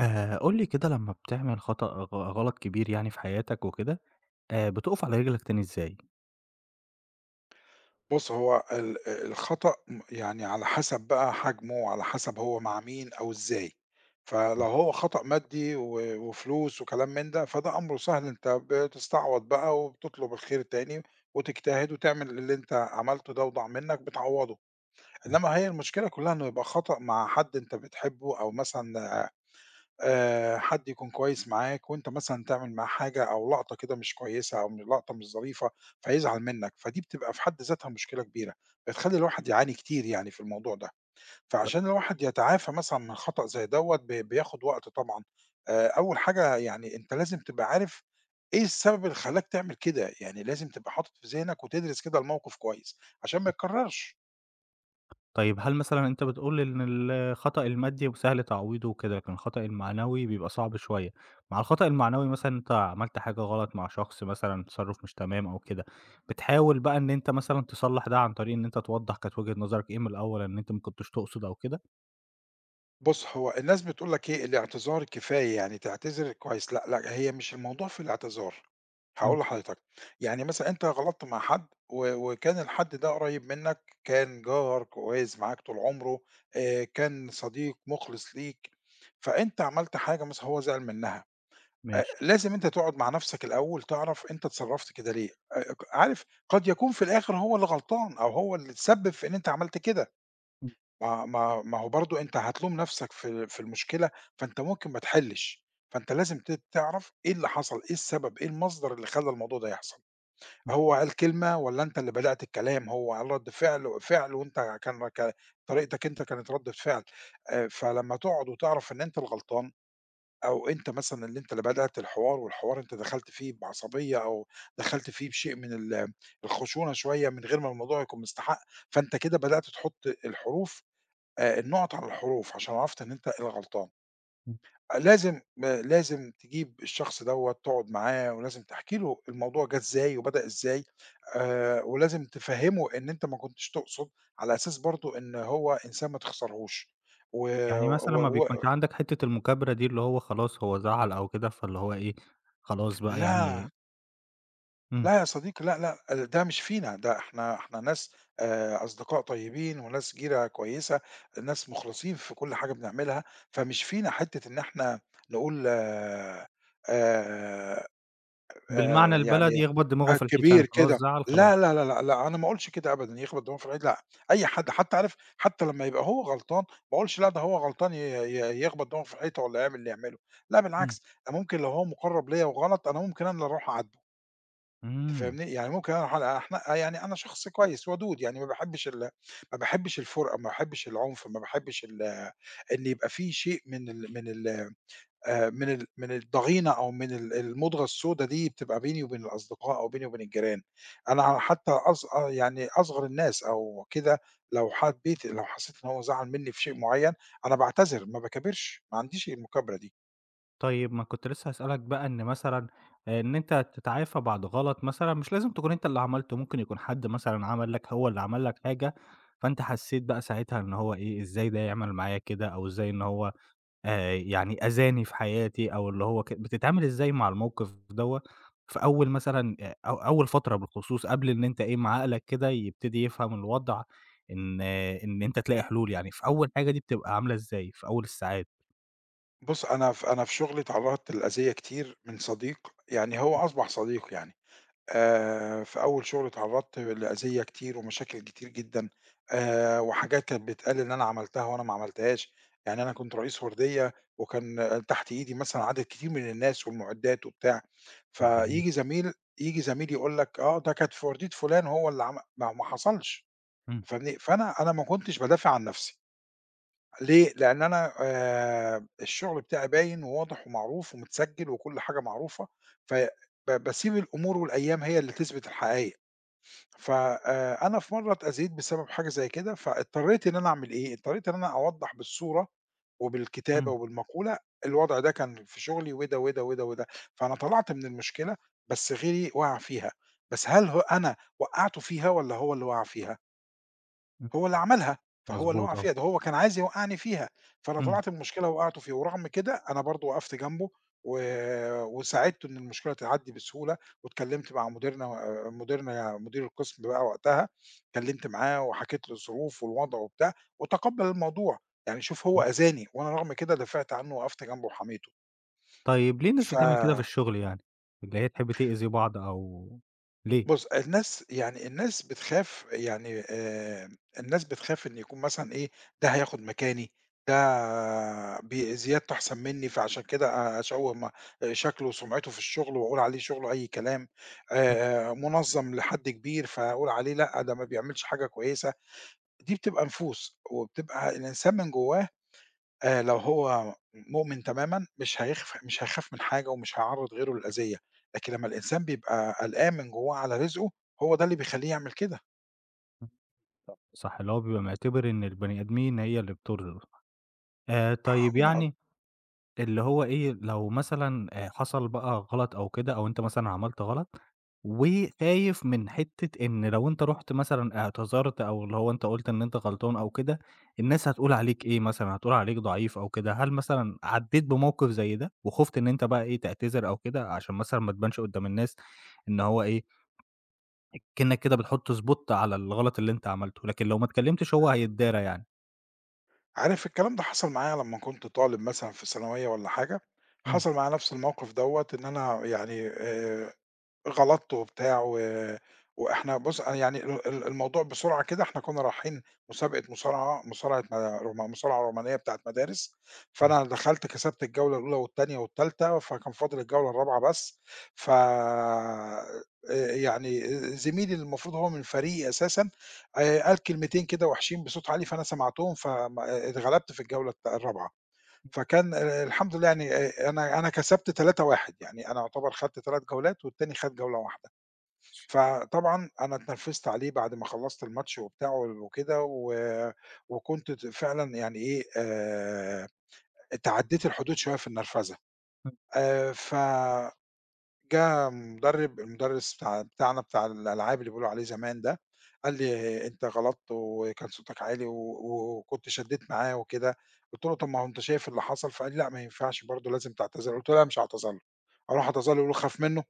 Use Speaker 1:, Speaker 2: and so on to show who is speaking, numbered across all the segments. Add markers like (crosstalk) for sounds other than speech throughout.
Speaker 1: قُل لي كده لمّا بتعمل خطأ غلط كبير يعني في حياتك وكده، بتُقف على رجلك تاني إزاي؟
Speaker 2: بُص، هو الخطأ يعني على حسب بقى حجمه، وعلى حسب هو مع مين أو إزاي. فلو هو خطأ مادي وفلوس وكلام من ده، فده أمره سهل، أنت بتستعوض بقى وبتطلب الخير تاني وتجتهد وتعمل اللي أنت عملته ده وضاع منّك بتعوّضه. إنّما هي المشكلة كُلّها إنه يبقى خطأ مع حد أنت بتحبه أو مثلًا حد يكون كويس معاك وأنت مثلًا تعمل معاه حاجة أو لقطة كده مش كويسة أو لقطة مش ظريفة فيزعل منّك، فدي بتبقى في حد ذاتها مشكلة كبيرة، بتخلّي الواحد يعاني كتير يعني في الموضوع ده، فعشان الواحد يتعافى مثلًا من خطأ زي دوّة بياخد وقت طبعًا، أول حاجة يعني أنت لازم تبقى عارف إيه السبب اللي خلّاك تعمل كده، يعني لازم تبقى حاطط في ذهنك وتدرس كده الموقف كويس عشان ما يتكررش.
Speaker 1: طيب هل مثلًا أنت بتقول إن الخطأ المادي سهل تعويضه وكده، لكن الخطأ المعنوي بيبقى صعب شوية، مع الخطأ المعنوي مثلًا أنت عملت حاجة غلط مع شخص مثلًا تصرُّف مش تمام أو كده، بتحاول بقى إن أنت مثلًا تصلّح ده عن طريق إن أنت توضّح كانت وجهة نظرك إيه من الأول إن أنت ما كنتش تقصد أو كده؟
Speaker 2: بُص، هو الناس بتقول لك إيه، الاعتذار كفاية، يعني تعتذر كويس، لأ، لأ، هي مش الموضوع في الاعتذار،
Speaker 1: إمم،
Speaker 2: هاقول لحضرتك، يعني مثلًا أنت غلطت مع حد وكان الحد ده قريب منك، كان جار كويس معاك طول عمره، كان صديق مخلص ليك، فأنت عملت حاجة مثلًا هو زعل منها،
Speaker 1: ماشي.
Speaker 2: لازم أنت تقعد مع نفسك الأول تعرف أنت اتصرفت كده ليه، عارف قد يكون في الآخر هو اللي غلطان أو هو اللي اتسبب في إن أنت عملت كده. ما هو برضه أنت هتلوم نَفْسك في المشكلة، فأنت ممكن ما تحلّش، فأنت لازم تعرف إيه اللي حصل، إيه السبب، إيه المصدر اللي خلّى الموضوع ده يحصل، هو قال كلمة والّا أنت اللي بدأت الكلام، هو قال رَد فعل وأنت كان طريقتك أنت كانت ردة فعل، فلمّا تقعد وتعرف إن أنت الغلطان أو أنت مثلًا اللي أنت اللي بدأت الحوار والحوار أنت دخلت فيه بعصبية أو دخلت فيه بشيء من الخشونة شوية من غير ما الموضوع يكون مستحق، فأنت كده بدأت تحُط الحروف النُقَط على الحروف عشان عرفت إن أنت الغلطان. آه، لازم لازم تجيب الشخص دوّة تقعد معاه ولازم تحكي له الموضوع جه إزاي وبدأ إزاي، ولازم تفهّمه إن أنت ما كنتش تقصد، على أساس برضه إن هو إنسان ما تخسرهوش. و
Speaker 1: يعني مثلًا ما
Speaker 2: و و
Speaker 1: بيكونش عندك حتّة المُكابرة دي، اللي هو خلاص هو زعّل أو كده، فاللي هو إيه، خلاص بقى
Speaker 2: لا.
Speaker 1: يعني. إمم.
Speaker 2: لا يا صديقي، لأ، لأ، ده مش فينا، ده إحنا ناس أصدقاء طيبين وناس جيرة كويسة، ناس مخلصين في كل حاجة بنعملها، فمش فينا حتّة إن إحنا نقول آآ
Speaker 1: بالمعنى البلدي
Speaker 2: يعني
Speaker 1: يخبط دماغه في الحيط، يعني
Speaker 2: كبير
Speaker 1: خلاص
Speaker 2: كده،
Speaker 1: زعّل خلاص.
Speaker 2: لا، أنا ما أقولش كده أبدًا، يخبط دماغه في العيد، لأ، أي حد حتّى عارف حتّى لمّا يبقى هو غلطان، ما أقولش لأ، ده هو غلطان ي ي يخبط دماغه في الحيطة والّا يعمل اللي يعمله، لأ
Speaker 1: إمم،
Speaker 2: بالعكس، ده ممكن لو هو مُقرّب ليّا وغلط، أنا ممكن أنا اللي أروح أعدّله. أنت
Speaker 1: إمم.
Speaker 2: فاهمني؟ يعني ممكن أنا حلقة أحنقها يعني أنا شخص كويس ودود، يعني ما باحبش الفُرقة، ما باحبش العنف، ما باحبش إن يبقى في شيء من من الضغينة أو من المُضغة السودا دي بتبقى بيني وبين الأصدقاء أو بيني وبين الجيران. أنا حتى آه، يعني أصغر الناس أو كده لو حسيت إن هو زعل منّي في شيء معيّن، أنا باعتذر ما باكابرش، ما عنديش المكابرة دي.
Speaker 1: طيب ما كنت لسه هاسألك بقى إن مثلًا إن أنت تتعافى بعد غلط مثلًا، مش لازم تكون أنت اللي عملته، ممكن يكون حد مثلًا عمل لك هو اللي عمل لك حاجة، فأنت حسّيت بقى ساعتها إن هو إيه، إزاي ده يعمل معايا كده، أو إزاي إن هو يعني أذاني في حياتي أو اللي هو بتتعامل إزاي مع الموقف دوّة في أول مثلًا أو أول فترة بالخصوص قبل إن أنت إيه، ما عقلك كده يبتدي يفهم الوضع إن آه، إن أنت تلاقي حلول، يعني في أول حاجة دي بتبقى عاملة إزاي في أول الساعات؟
Speaker 2: بُص، أنا في شغلي اتعرّضت للأذية كتير من صديق، يعني هو أصبح صديق يعني. في أول شغل اتعرّضت لأذية كتير ومشاكل كتير جدًا، وحاجات كانت بتتقال إن أنا عملتها وأنا ما عملتهاش، يعني أنا كنت رئيس وردية وكان آه، تحت إيدي مثلًا عدد كتير من الناس والمعدات وبتاع،
Speaker 1: طب جميل.
Speaker 2: فييجي زميل ييجي زميل يقول لك: "آه ده كانت في وردية فُلان هو اللي عم" ما حصلش
Speaker 1: إمم،
Speaker 2: فاهمني، فأنا ما كنتش بادافع عن نفسي. ليه؟ لأن أنا الشغل بتاعي باين وواضح ومعروف ومتسجّل وكل حاجة معروفة، ف باسيب الأمور والأيام هي اللي تثبت الحقايق. ف أنا في مرّة اتأذيت بسبب حاجة زي كده، فاضطريت إن أنا أعمل إيه، اضطريت إن أنا أوضّح بالصورة وبالكتابة
Speaker 1: إمم،
Speaker 2: وبالمقولة الوضع ده كان في شغلي وده، وده، وده، وده. فأنا طلعت من المشكلة، بس غيري وَقع فيها، بس هل هو أنا وقّعته فيها والّا هو اللي وَقع فيها؟
Speaker 1: إمم،
Speaker 2: هو اللي عملها، فهو اللي وقع
Speaker 1: مضبوط آه،
Speaker 2: فيها، ده هو كان عايز يوقّعني فيها، فأنا
Speaker 1: إمم،
Speaker 2: طلعت المشكلة وقعته فيه، ورغم كده أنا برضه وقفت جنبه و وساعدته إن المشكلة تعدّي بسهولة، واتكلّمت مع مديرنا مديرنا مدير القسم بقى وقتها، اتكلّمت معاه وحكيت له الظروف والوضع وبتاع، وتقبّل الموضوع، يعني شوف هو
Speaker 1: إمم.
Speaker 2: أذاني وأنا رغم كده دافعت عنّه ووقفت جنبه وحميته،
Speaker 1: طيب ليه الناس
Speaker 2: ف
Speaker 1: بتعمل كده في الشغل يعني؟ اللي هي تحب تأذي بعض أو ليه؟
Speaker 2: بُص، الناس يعني الناس بتخاف يعني الناس بتخاف إن يكون مثلًا إيه، ده هياخد مكاني، ده بي زيادته أحسن منّي، فعشان كده أشوّه شكله وسمعته في الشغل وأقول عليه شغله أي كلام، منظَّم لحد كبير فأقول عليه لأ، ده ما بيعملش حاجة كويسة، دي بتبقى نفوس، وبتبقى الإنسان من جوّاه لو هو مؤمن تمامًا مش هيخاف من حاجة ومش هيعرّض غيره للأذية، لكن لمّا الإنسان بيبقى قلقان من جوّاه على رزقه، هو ده اللي بيخلّيه يعمل كده.
Speaker 1: صح، اللي هو بيبقى معتبر إن البني آدمين هي اللي بتُرضي.
Speaker 2: آه
Speaker 1: طيب
Speaker 2: طبعًا،
Speaker 1: يعني اللي هو إيه، لو مثلًا حصل بقى غلط أو كده، أو أنت مثلًا عملت غلط، وخايف من حتّة إن لو أنت رُحت مثلًا اعتذرت أو اللي هو أنت قُلت إن أنت غلطان أو كده، الناس هتقول عليك إيه مثلًا، هتقول عليك ضعيف أو كده، هل مثلًا عدّيت بموقف زي ده، وخُفت إن أنت بقى إيه، تعتذر أو كده عشان مثلًا ما تبانش قدّام الناس إن هو إيه، كإنّك كده بتحط spot على الغلط اللي أنت عملته، لكن لو ما اتكلمتش هو هيتدارى يعني.
Speaker 2: عارف الكلام ده حصل معايا لمّا كنت طالب مثلًا في ثانوية والّا حاجة،
Speaker 1: إمم،
Speaker 2: حصل معايا نفس الموقف دوّة إن أنا يعني غلطت وبتاع وإحنا بُص أنا يعني ال ال الموضوع بسرعة كده إحنا كنا رايحين مسابقة مصارعة، مصارعة م مصارعة رومانية بتاعة مدارس، فأنا
Speaker 1: ماشي،
Speaker 2: دخلت كسبت الجولة الأولى والتانية والتالتة، فكان فاضل الجولة الرابعة بس، ف يعني زميلي اللي المفروض هو من فريقي أساسًا قال كلمتين كده وحشين بصوت عالي، فأنا سمعتهم اتغلبت في الجولة الرابعة. فكان الحمد لله يعني أنا كسبت 3-1 يعني أنا أعتبر خدت 3 جولات والتاني خد جولة واحدة. فطبعًا أنا اتنرفزت عليه بعد ما خلّصت الماتش وبتاع وكده وكنت فعلًا يعني إيه، تعدّيت الحدود شوية في النرفزة.
Speaker 1: إمم،
Speaker 2: ف جه المدرس بتاع بتاعنا بتاع الألعاب اللي بيقولوا عليه زمان ده، قال لي: "أنت غلطت وكان صوتك عالي وكنت شدّيت معاه وكده." قُلت له: "طب ما هو أنت شايف اللي حصل." فقال لي: "لأ ما ينفعش برضه لازم تعتذر." قُلت له: "لأ مش هاعتذر له، هاروح أعتذر له يقولوا خاف منّه."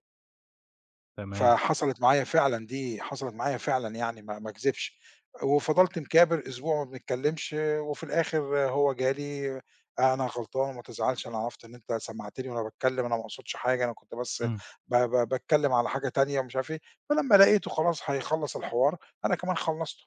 Speaker 1: تمام،
Speaker 2: فحصلت معايا فعلًا دي، حصلت معايا فعلًا يعني ما أكذبش، وفضلت مكابر أسبوع ما بنتكلمش، وفي الآخر هو جالي أنا غلطان وما تزعلش أنا عرفت إن أنت سمّعتني وأنا باتكلم، أنا ما اقصدش حاجة، أنا كنت بس
Speaker 1: إمم،
Speaker 2: ب ب باتكلم على حاجة تانية ومش عارف إيه، فلمّا لقيته خلاص هيخلّص الحوار، أنا كمان خلّصته.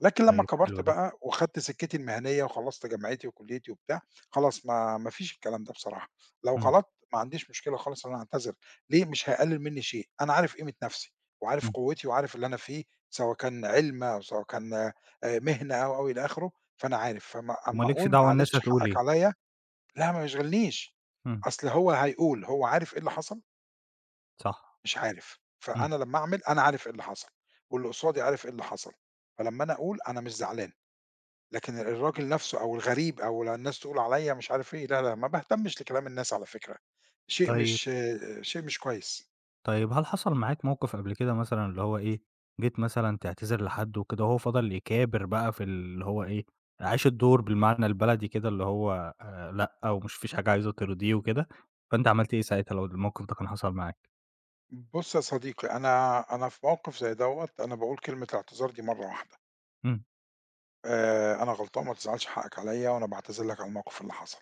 Speaker 2: لكن لمّا
Speaker 1: طيب حلو
Speaker 2: كبرت
Speaker 1: ده،
Speaker 2: بقى وخدت سكتي المهنية وخلّصت جامعتي وكليتي وبتاع، خلاص ما فيش الكلام ده بصراحة، لو
Speaker 1: إمم، إمم.
Speaker 2: غلطت ما عنديش مشكلة خالص إن أنا أعتذر، ليه؟ مش هيقلل مني شيء، أنا عارف قيمة نفسي وعارف قوتي وعارف اللي أنا فيه، سواء كان علم أو سواء كان مهنة أو، أو إلى آخره، فأنا عارف، فأما أمّا
Speaker 1: ومالكش
Speaker 2: أقول
Speaker 1: دعوة الناس
Speaker 2: معلش
Speaker 1: هتقول
Speaker 2: حقك
Speaker 1: إيه.
Speaker 2: عليَّ، لا ما يشغلنيش،
Speaker 1: إمم،
Speaker 2: أصل هو هيقول، هو عارف إيه اللي حصل؟
Speaker 1: صح،
Speaker 2: مش عارف،
Speaker 1: إمم.
Speaker 2: فأنا لمّا أعمل أنا عارف إيه اللي حصل، واللي قصادي عارف إيه اللي حصل، فلمّا أنا أقول أنا مش زعلان. لكن الراجل نَفْسه أو الغريب أو الناس تقول عليّا مش عارف إيه، لا، لا، ما باهتمش لكلام الناس على فكرة، شيء
Speaker 1: طيب،
Speaker 2: مش شيء مش كويس.
Speaker 1: طيب هل حصل معاك موقف قبل كده مثلًا اللي هو إيه، جيت مثلًا تعتذر لحد وكده وهو فضل يكابر بقى في اللي هو إيه، عاش الدور بالمعنى البلدي كده اللي هو لأ، ومش فيش حاجة عايزه ترضيه وكده، فأنت عملت إيه ساعتها لو الموقف ده كان حصل معاك؟
Speaker 2: بُص يا صديقي، أنا في موقِف زي دوّة أنا باقول كلمة الاعتذار دي مرّة واحدة،
Speaker 1: إمم،
Speaker 2: أنا غلطان ما تزعلش حقّك عليّا وأنا باعتذر لك على الموقِف اللي حصل.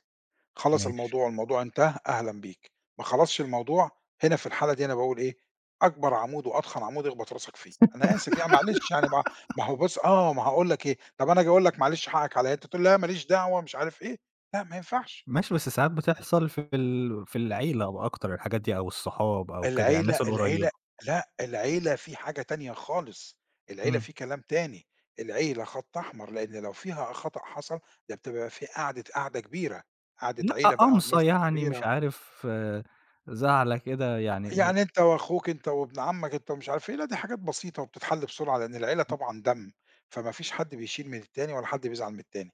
Speaker 2: خلّص
Speaker 1: ماشي.
Speaker 2: الموضوع، الموضوع انتهى، أهلًا بيك، ما خلصش الموضوع، هنا في الحالة دي أنا باقول إيه، أكبر عمود وأضخم عمود اخبط راسك فيه، أنا آسف يعني معلش يعني ما هو بُص آه، ما هاقول لك إيه، طب أنا آجي أقول لك معلش حقك عليّا، أنت تقول لي لا ما ليش دعوة مش عارف إيه، لأ ما ينفعش،
Speaker 1: ماشي، بس ساعات بتحصل في العيلة أو أكتر الحاجات دي أو الصحاب أو كده يعني الناس
Speaker 2: العيلة
Speaker 1: القريبة.
Speaker 2: لأ، العيلة في حاجة تانية خالص، العيلة
Speaker 1: إمم.
Speaker 2: في كلام تاني، العيلة خط أحمر، لإن لو فيها خطأ حصل، ده بتبقى في قعدة كبيرة، قعدة
Speaker 1: لأ،
Speaker 2: عيلة بقى
Speaker 1: قمصة
Speaker 2: والناس
Speaker 1: يعني مش
Speaker 2: الكبيرة
Speaker 1: عارف آه، زعلة كده يعني.
Speaker 2: يعني أنت وأخوك، أنت وابن عمك، أنت ومش عارف إيه، لأ دي حاجات بسيطة وبتتحل بسرعة، لأن العيلة طبعًا دم، فما فيش حد بيشيل من التاني ولا حد بيزعل من التاني.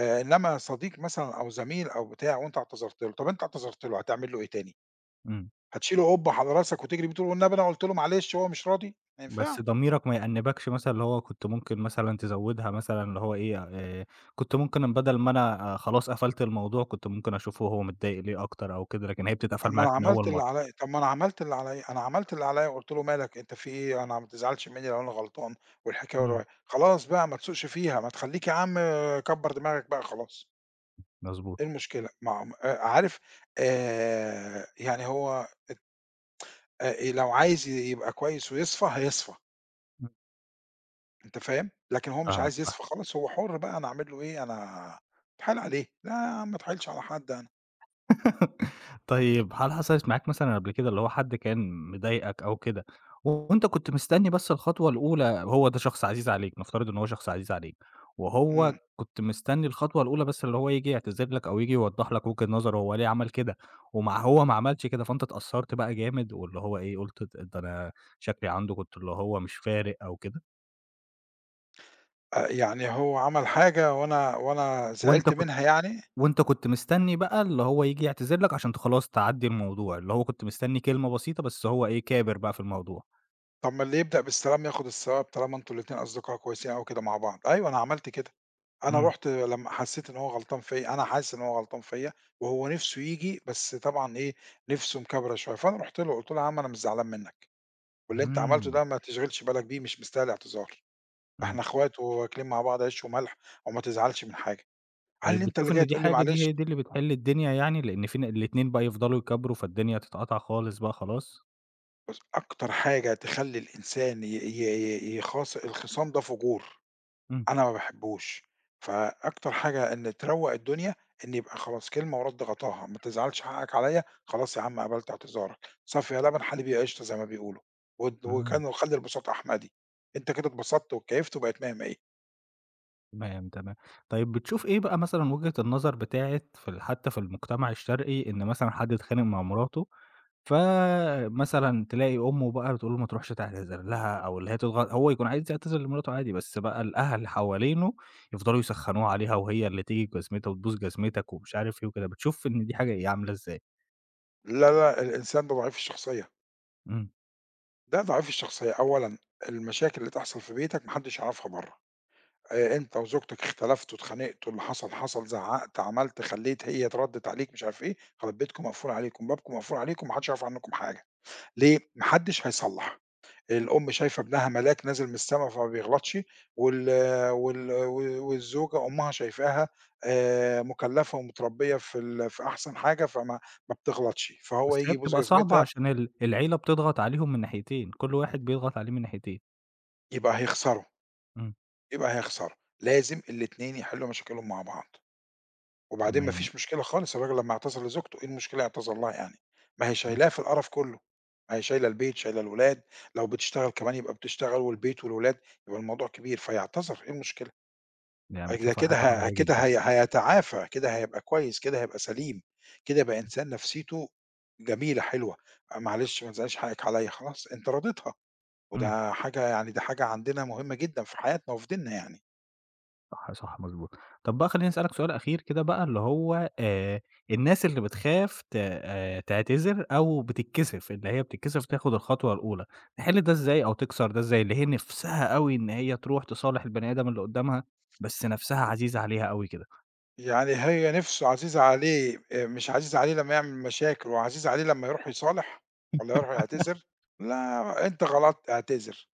Speaker 2: إنما صديق مثلًا أو زميل أو بتاع وأنت اعتذرت له، طب أنت اعتذرت له هتعمل له إيه تاني؟
Speaker 1: إمم،
Speaker 2: هتشيله قُبّة على راسك وتجري بيه تقول والنبي أنا قُلت له معلش وهو مش راضي؟ ما
Speaker 1: بس
Speaker 2: ينفعش.
Speaker 1: ضميرك ما يأنّبكش مثلًا اللي هو كنت ممكن مثلًا تزوّدها مثلًا اللي هو إيه، كنت ممكن بدل ما أنا خلاص قفلت الموضوع، كنت ممكن أشوفه هو متضايق ليه أكتر أو كده، لكن هي بتتقفل
Speaker 2: طب ما
Speaker 1: معاك
Speaker 2: أنا
Speaker 1: من أول
Speaker 2: عملت اللي
Speaker 1: مرّة.
Speaker 2: عليّا، طب ما أنا عملت اللي عليّا، أنا عملت اللي عليّا وقُلت له مالك أنت في إيه، أنا ما تزعلش منّي لو أنا غلطان والحكاية
Speaker 1: إمم،
Speaker 2: والرواية، خلاص بقى ما تسوقش فيها، ما تخلّيك يا عم كبّر دماغك بقى خلاص.
Speaker 1: مضبوط،
Speaker 2: إيه المشكلة؟ ما هو عارف يعني هو لو عايز يبقى كويس ويصفى هيصفى،
Speaker 1: إمم،
Speaker 2: أنت فاهم؟ لكن هو مش
Speaker 1: فاهمك.
Speaker 2: عايز يصفى خالص هو حُر بقى أنا أعمل له إيه، أنا أتحايل عليه، لا يا عم ما أتحايلش على حد أنا.
Speaker 1: (laughs) طيب هل حصلت معاك مثلًا قبل كده اللي هو حد كان مضايقك أو كده، وأنت كنت مستني بس الخطوة الأولى هو ده شخص عزيز عليك، نفترض إن هو شخص عزيز عليك، وهو
Speaker 2: إمم.
Speaker 1: كنت مستني الخطوة الأولى بس اللي هو ييجي يعتذر لك أو ييجي يوضح لك وجهة نظره هو ليه عمل كده، ومع هو ما عملش كده فأنت اتأثرت بقى جامد واللي هو إيه قُلت ده أنا شكلي عنده كنت اللي هو مش فارق أو كده،
Speaker 2: يعني هو عمل حاجة وأنا
Speaker 1: وأنت
Speaker 2: زعلت
Speaker 1: كنت
Speaker 2: منها يعني؟
Speaker 1: وأنت كنت مستني بقى اللي هو ييجي يعتذر لك عشان خلاص تعدّي الموضوع، اللي هو كنت مستني كلمة بسيطة بس هو إيه، كابر بقى في الموضوع.
Speaker 2: طب ما اللي يبدأ بالسلام ياخد الثواب طالما أنتم الاتنين أصدقاء كويسين أوي كده مع بعض، أيوه أنا عملت كده، أنا
Speaker 1: إمم،
Speaker 2: رُحت لمّا حسّيت إن هو غلطان فيّا، أنا حاسس إن هو غلطان فيّا وهو نِفْسه ييجي بس طبعًا إيه، نِفْسه مكبرة شوية، فأنا رُحت له قُلت له: "يا عم أنا مش زعلان منّك، واللي أنت عملته
Speaker 1: إمم،
Speaker 2: ده ما تشغلش بالك بيه مش مستاهل اعتذار،
Speaker 1: إمم.
Speaker 2: إحنا إخوات وواكلين مع بعض عيش وملح وما تزعلش من حاجة." قال
Speaker 1: طيب
Speaker 2: لي: "أنت اللي
Speaker 1: بتشوف
Speaker 2: جاي
Speaker 1: إن دي
Speaker 2: تقول لي
Speaker 1: حاجة دي
Speaker 2: معلش؟"
Speaker 1: هي دي اللي بتحل الدنيا يعني، لإن في الاتنين بقى يفضلوا يكابروا فالدنيا تتقطع خالص بقى خلاص؟
Speaker 2: بُص أكتر حاجة تخلّي الإنسان ي ي ي يخاص الخصام ده فجور.
Speaker 1: إمم،
Speaker 2: أنا ما باحبّوش، فأكتر حاجة إن تروّق الدنيا إن يبقى خلاص كلمة ورد غطاها، ما تزعلش حقّك عليّا، خلاص يا عم قبلت اعتذارك، صَف يا لبن حليب يا قشطة زي ما بيقولوا، ود
Speaker 1: إمم،
Speaker 2: وكان وخلّي البساط أحمدي، أنت كده اتبسطت واتكيّفت وبقت مِيَّة، مِيَّة.
Speaker 1: تمام، تمام. طيب بتشوف إيه بقى مثلًا وجهة النظر بتاعة في حتى في المجتمع الشرقي إن مثلًا حد اتخانق مع مراته فمثلًا تلاقي أمه بقى بتقول له ما تروحش تعتذر لها أو اللي هي تضغط هو يكون عايز يعتذر لمراته عادي، بس بقى الأهل حوالينه يفضلوا يسخّنوه عليها وهي اللي تيجي بجزمتها وتبوس جزمتك ومش عارف إيه وكده، بتشوف إن دي حاجة إيه عاملة إزاي.
Speaker 2: لا، الإنسان ده ضعيف الشخصية،
Speaker 1: إمم.
Speaker 2: ده ضعيف الشخصية، أولًا المشاكل اللي تحصل في بيتك ما حدّش يعرفها برّه، أنت وزوجتك اختلفتوا، اتخانقتوا، اللي حصل، حصل، زعّقت، عملت، خلّيت، هي اتردّت عليك، مش عارف إيه، خلاص بيتكم مقفول عليكم، بابكم مقفول عليكم، ما حدّش يعرف عنّكم حاجة. ليه؟ ما حدش هيصلّح، الأم شايفة ابنها ملاك نازل من السما فما بيغلطش، وال والزوجة أمها شايفاها مُكلّفة ومتربية في أحسن حاجة ما بتغلطش،
Speaker 1: بس
Speaker 2: فهو ييجي
Speaker 1: هي
Speaker 2: يبوس
Speaker 1: بتبقى صعبة
Speaker 2: جزمتها
Speaker 1: عشان العيلة بتضغط عليهم من ناحيتين، كل واحد بيضغط عليه من ناحيتين.
Speaker 2: يبقى هيخسره،
Speaker 1: إمم،
Speaker 2: يبقى هيخسره، لازم الاتنين يحلّوا مشاكلهم مع بعض. وبعدين ما
Speaker 1: تمام.
Speaker 2: فيش مشكلة خالص الراجل لمّا اعتذر لزوجته، إيه المشكلة يعتذر لها يعني؟ ما هي
Speaker 1: إمم،
Speaker 2: شايلاه في القرف كلّه، ما هي شايلة البيت، شايلة الولاد، لو بتشتغل كمان يبقى بتشتغل والبيت والولاد، يبقى الموضوع كبير، فيعتذر إيه المشكلة؟
Speaker 1: يعني
Speaker 2: ده
Speaker 1: بتشوفها حاجة
Speaker 2: كده
Speaker 1: طبيعية
Speaker 2: كده
Speaker 1: جدًا.
Speaker 2: هيتعافى، كده هيبقى كويس، كده هيبقى سليم، كده يبقى إنسان نفسيته جميلة حلوة، معلش ما تزعليش حقِّك عليّا، خلاص أنت راضيتها،
Speaker 1: إمم.
Speaker 2: وده حاجة يعني دي حاجة عندنا مهمة جدًا في حياتنا وفي ديننا يعني.
Speaker 1: صح، صح، مضبوط. طب بقى خلّيني أسألك سؤال أخير كده بقى اللي هو الناس اللي بتخاف ت تعتذر أو بتتكسف، اللي هي بتتكسف تاخد الخطوة الأولى، تحل ده إزاي أو تكسر ده إزاي؟ اللي هي نِفْسها أوي إن هي تروح تصالح البني آدم اللي قدّامها، بس نَفْسها عزيزة عليها أوي كده.
Speaker 2: يعني هي نِفْسه عزيزة عليه مش عزيزة عليه لمّا يعمل مشاكل، وعزيزة عليه لمّا يروح يصالح والّا يروح
Speaker 1: (laughs)
Speaker 2: يعتذر؟ لا، أنت غلطت اعتذر،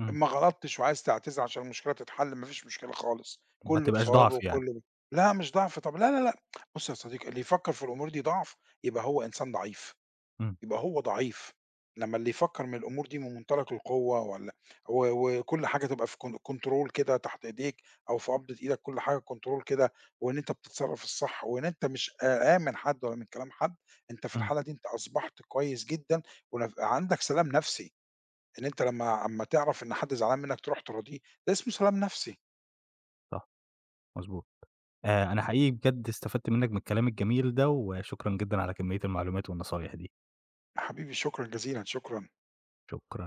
Speaker 1: إمم،
Speaker 2: ما غلطتش وعايز تعتذر عشان المشكلة تتحل ما فيش مشكلة خالص،
Speaker 1: ما
Speaker 2: كُلّه
Speaker 1: تبقاش
Speaker 2: بصوابه
Speaker 1: ضعف يعني.
Speaker 2: وكُلّه ب لا مش ضعف طب لا، بُص يا صديقي اللي يفكّر في الأمور دي ضعف يبقى هو إنسان ضعيف.
Speaker 1: إمم،
Speaker 2: يبقى هو ضعيف، لمّا اللي يفكّر من الأمور دي من منطلق القوة والّا و وكل حاجة تبقى في كنترول كده تحت إيديك أو في قبضة إيدك كل حاجة كنترول كده، وإن أنت بتتصرّف الصح وإن أنت مش قلقان من حد ولا من كلام حد، أنت في
Speaker 1: إمم،
Speaker 2: الحالة دي أنت أصبحت كويس جدًا عندك سلام نفسي، إن أنت لمّا أمّا تعرف إن حد زعلان منّك تروح تراضيه، ده اسمه سلام نفسي.
Speaker 1: صح، مضبوط. أنا حقيقي بجد استفدت منّك من الكلام الجميل ده، وشكرًا جدًا على كمية المعلومات والنصايح دي،
Speaker 2: يا حبيبي شكرًا جزيلًا، شكرًا.
Speaker 1: شكرًا.